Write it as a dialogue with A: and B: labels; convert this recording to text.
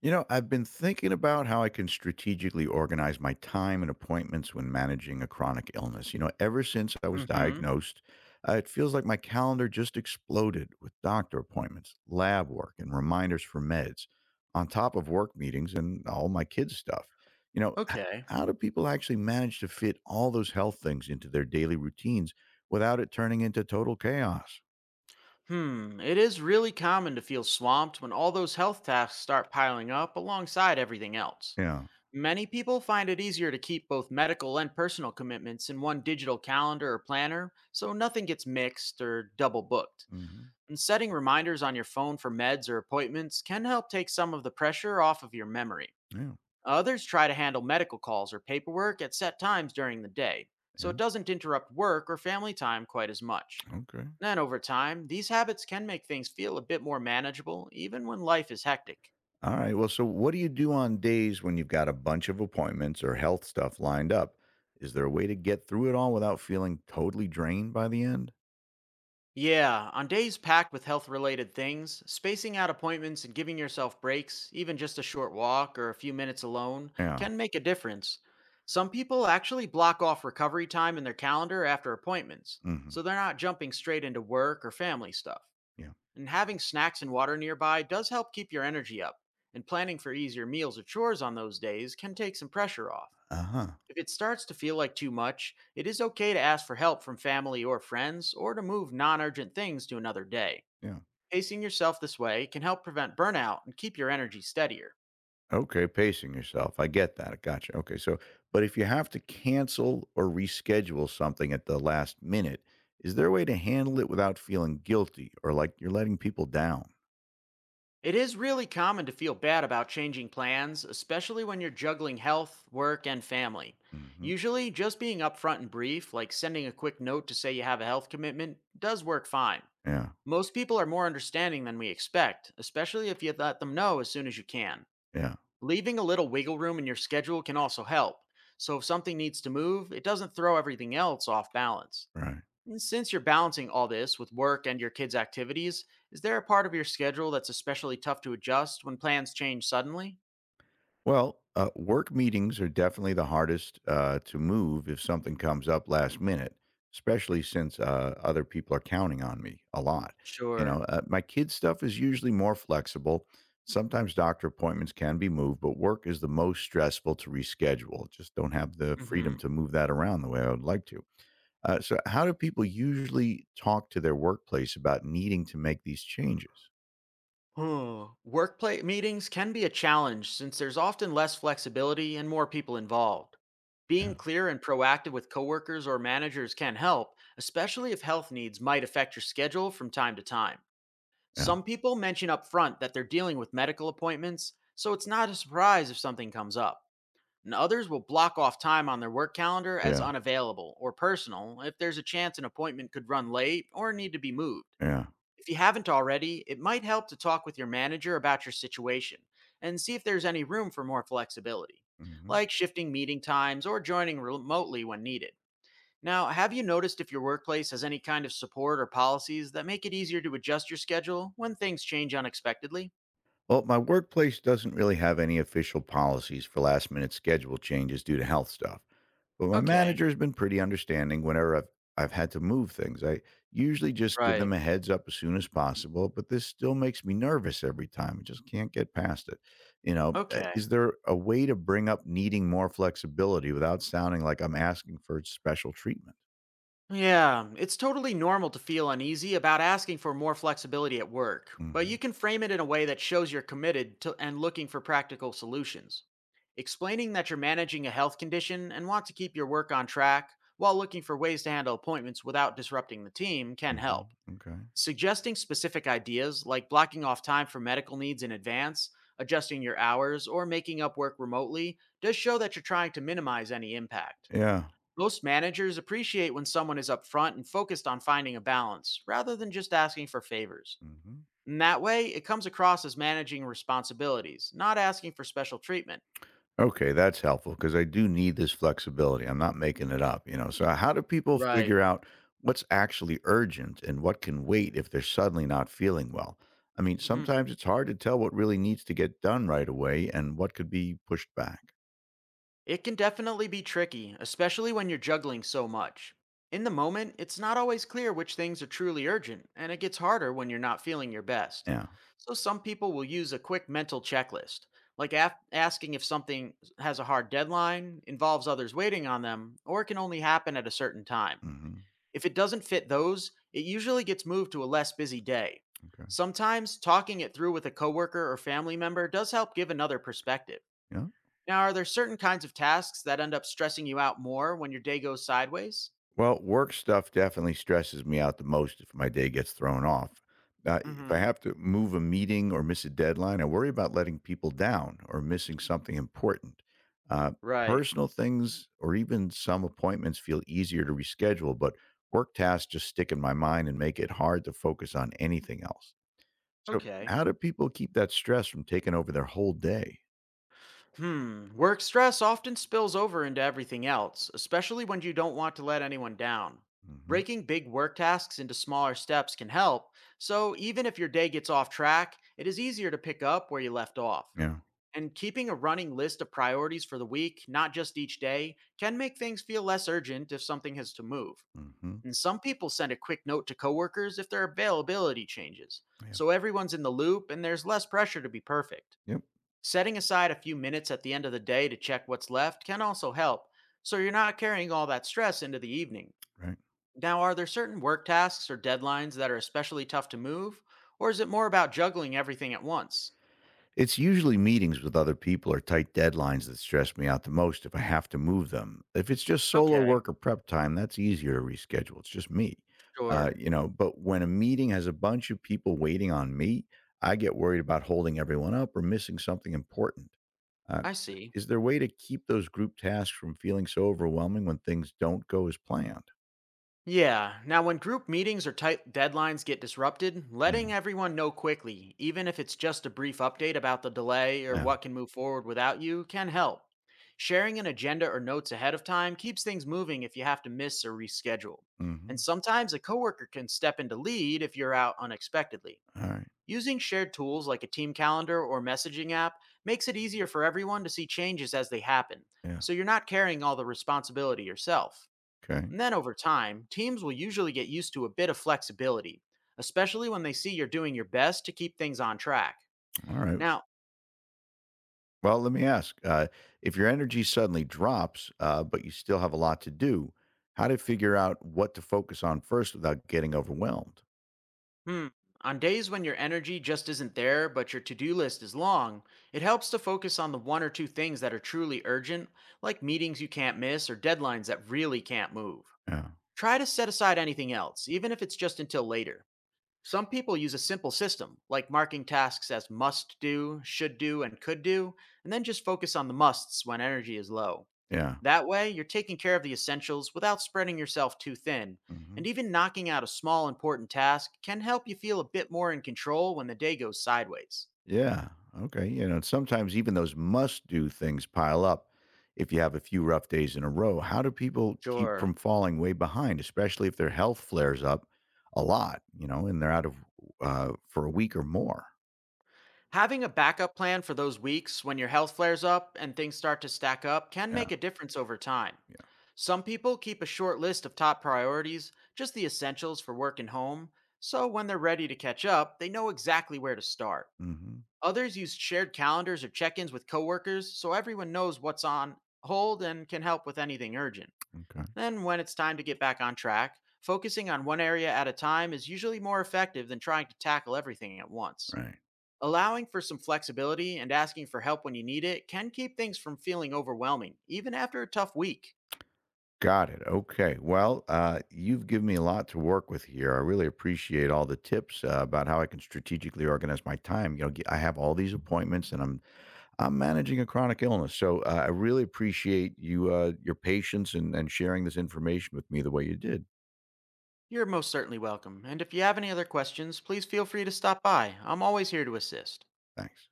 A: I've been thinking about how I can strategically organize my time and appointments when managing a chronic illness. Ever since I was
B: Mm-hmm.
A: diagnosed, it feels like my calendar just exploded with doctor appointments, lab work, and reminders for meds, on top of work meetings and all my kids' stuff. You know, h-
B: Okay.
A: how do people actually manage to fit all those health things into their daily routines without it turning into total chaos?
B: Hmm. It is really common to feel swamped when all those health tasks start piling up alongside everything else.
A: Yeah.
B: Many people find it easier to keep both medical and personal commitments in one digital calendar or planner so nothing gets mixed or double booked.
A: Hmm.
B: And setting reminders on your phone for meds or appointments can help take some of the pressure off of your memory.
A: Yeah.
B: Others try to handle medical calls or paperwork at set times during the day, so
A: Yeah.
B: it doesn't interrupt work or family time quite as much.
A: Okay.
B: Then over time, these habits can make things feel a bit more manageable, even when life is hectic.
A: All right. Well, so what do you do on days when you've got a bunch of appointments or health stuff lined up? Is there a way to get through it all without feeling totally drained by the end?
B: Yeah, on days packed with health related things, spacing out appointments and giving yourself breaks, even just a short walk or a few minutes alone,
A: Yeah.
B: can make a difference. Some people actually block off recovery time in their calendar after appointments,
A: Hmm.
B: so they're not jumping straight into work or family stuff.
A: Yeah.
B: And having snacks and water nearby does help keep your energy up, and planning for easier meals or chores on those days can take some pressure off.
A: Uh huh.
B: If it starts to feel like too much, it is okay to ask for help from family or friends or to move non urgent things to another day.
A: Yeah.
B: Pacing yourself this way can help prevent burnout and keep your energy steadier.
A: Okay. Pacing yourself. I get that. I gotcha. Okay. So, but if you have to cancel or reschedule something at the last minute, is there a way to handle it without feeling guilty or like you're letting people down?
B: It is really common to feel bad about changing plans, especially when you're juggling health, work, and family.
A: Hmm.
B: Usually, just being upfront and brief, like sending a quick note to say you have a health commitment, does work fine.
A: Yeah.
B: Most people are more understanding than we expect, especially if you let them know as soon as you can.
A: Yeah.
B: Leaving a little wiggle room in your schedule can also help. So if something needs to move, it doesn't throw everything else off balance.
A: Right.
B: And since you're balancing all this with work and your kids' activities, is there a part of your schedule that's especially tough to adjust when plans change suddenly?
A: Well, work meetings are definitely the hardest to move if something comes up last minute, especially since other people are counting on me a lot.
B: Sure.
A: My kids' stuff is usually more flexible. Sometimes doctor appointments can be moved, but work is the most stressful to reschedule. Just don't have the freedom
B: Hmm.
A: to move that around the way I would like to. So, how do people usually talk to their workplace about needing to make these changes?
B: Oh, workplace meetings can be a challenge since there's often less flexibility and more people involved.
A: Yeah,
B: Being clear and proactive with coworkers or managers can help, especially if health needs might affect your schedule from time to time.
A: yeah,
B: Some people mention up front that they're dealing with medical appointments, so it's not a surprise if something comes up. And others will block off time on their work calendar as
A: yeah,
B: unavailable or personal if there's a chance an appointment could run late or need to be moved.
A: yeah.
B: If you haven't already, it might help to talk with your manager about your situation and see if there's any room for more flexibility,
A: Hmm.
B: like shifting meeting times or joining remotely when needed. Now, have you noticed if your workplace has any kind of support or policies that make it easier to adjust your schedule when things change unexpectedly?
A: Well, my workplace doesn't really have any official policies for last minute schedule changes due to health stuff, but my
B: Okay.
A: manager has been pretty understanding whenever I've had to move things. I usually just give
B: Right.
A: them a heads up as soon as possible, but this still makes me nervous every time. I just can't get past it.
B: Okay.
A: Is there a way to bring up needing more flexibility without sounding like I'm asking for special treatment?
B: Yeah, it's totally normal to feel uneasy about asking for more flexibility at work, but you
A: Hmm.
B: can frame it in a way that shows you're committed to and looking for practical solutions. Explaining that you're managing a health condition and want to keep your work on track while looking for ways to handle appointments without disrupting the team can
A: Hmm.
B: help.
A: Okay.
B: Suggesting specific ideas like blocking off time for medical needs in advance, adjusting your hours, or making up work remotely does show that you're trying to minimize any impact.
A: Yeah.
B: Most managers appreciate when someone is upfront and focused on finding a balance rather than just asking for favors.
A: Hmm.
B: In that way, it comes across as managing responsibilities, not asking for special treatment.
A: Okay, that's helpful because I do need this flexibility. I'm not making it up. So how do people
B: Right.
A: figure out what's actually urgent and what can wait if they're suddenly not feeling well? I mean,
B: Hmm.
A: sometimes it's hard to tell what really needs to get done right away and what could be pushed back.
B: It can definitely be tricky, especially when you're juggling so much. In the moment, it's not always clear which things are truly urgent, and it gets harder when you're not feeling your best.
A: Yeah.
B: So, some people will use a quick mental checklist, like asking if something has a hard deadline, involves others waiting on them, or can only happen at a certain time.
A: Hmm.
B: If it doesn't fit those, it usually gets moved to a less busy day.
A: Okay.
B: Sometimes, talking it through with a coworker or family member does help give another perspective.
A: Yeah.
B: Now, are there certain kinds of tasks that end up stressing you out more when your day goes sideways?
A: Well, work stuff definitely stresses me out the most if my day gets thrown off. If I
B: Hmm.
A: have to move a meeting or miss a deadline, I worry about letting people down or missing something important. Uh,
B: Right.
A: Personal things or even some appointments feel easier to reschedule, but work tasks just stick in my mind and make it hard to focus on anything else. So,
B: Okay.
A: how do people keep that stress from taking over their whole day?
B: Hmm. Work stress often spills over into everything else, especially when you don't want to let anyone down.
A: Hmm.
B: Breaking big work tasks into smaller steps can help, so even if your day gets off track, it is easier to pick up where you left off.
A: Yeah.
B: And keeping a running list of priorities for the week, not just each day, can make things feel less urgent if something has to move.
A: Hmm.
B: And some people send a quick note to coworkers if their availability changes,
A: Yeah.
B: so everyone's in the loop and there's less pressure to be perfect.
A: Yep.
B: Setting aside a few minutes at the end of the day to check what's left can also help, so you're not carrying all that stress into the evening.
A: Right.
B: Now, are there certain work tasks or deadlines that are especially tough to move, or is it more about juggling everything at once?
A: It's usually meetings with other people or tight deadlines that stress me out the most if I have to move them. If it's just solo
B: Okay,
A: work or prep time, that's easier to reschedule. It's just me.
B: sure.
A: But when a meeting has a bunch of people waiting on me, I get worried about holding everyone up or missing something important.
B: I
A: So
B: see.
A: is there a way to keep those group tasks from feeling so overwhelming when things don't go as planned?
B: Yeah, now when group meetings or tight deadlines get disrupted,
A: Yeah.
B: letting everyone know quickly, even if it's just a brief update about the delay or
A: Yeah.
B: what can move forward without you, can help. Sharing an agenda or notes ahead of time keeps things moving if you have to miss or reschedule. And
A: Hmm.
B: sometimes a coworker can step in to lead if you're out unexpectedly.
A: All right.
B: Using shared tools like a team calendar or messaging app makes it easier for everyone to see changes as they happen,
A: Yeah.
B: so you're not carrying all the responsibility yourself.
A: Okay.
B: And then over time, teams will usually get used to a bit of flexibility, especially when they see you're doing your best to keep things on track.
A: All right.
B: Now,
A: Well, let me ask, if your energy suddenly drops, but you still have a lot to do, how to figure out what to focus on first without getting overwhelmed?
B: hmm, on days when your energy just isn't there, but your to do list is long, it helps to focus on the one or two things that are truly urgent, like meetings you can't miss or deadlines that really can't move.
A: Yeah.
B: Try to set aside anything else, even if it's just until later. Some people use a simple system, like marking tasks as must do, should do, and could do, and then just focus on the musts when energy is low.
A: Yeah.
B: That way, you're taking care of the essentials without spreading yourself too thin.
A: Hmm.
B: And even knocking out a small important task can help you feel a bit more in control when the day goes sideways.
A: Yeah. Okay. Sometimes even those must do things pile up if you have a few rough days in a row. How do people keep from
B: Sure.
A: falling way behind, especially if their health flares up a lot, and they're out of for a week or more?
B: Having a backup plan for those weeks when your health flares up and things start to stack up can
A: Yeah.
B: make a difference over time.
A: Yeah.
B: Some people keep a short list of top priorities, just the essentials for work and home, so when they're ready to catch up, they know exactly where to start.
A: Hmm.
B: Others use shared calendars or check ins with coworkers so everyone knows what's on hold and can help with anything urgent.
A: Okay.
B: Then, when it's time to get back on track, focusing on one area at a time is usually more effective than trying to tackle everything at once.
A: Right.
B: Allowing for some flexibility and asking for help when you need it can keep things from feeling overwhelming, even after a tough week.
A: Got it. Okay. Well, you've given me a lot to work with here. I really appreciate all the tips about how I can strategically organize my time. I have all these appointments, and I'm managing a chronic illness, so I really appreciate you your patience and sharing this information with me the way you did.
B: You're most certainly welcome, and if you have any other questions, please feel free to stop by. I'm always here to assist.
A: Thanks.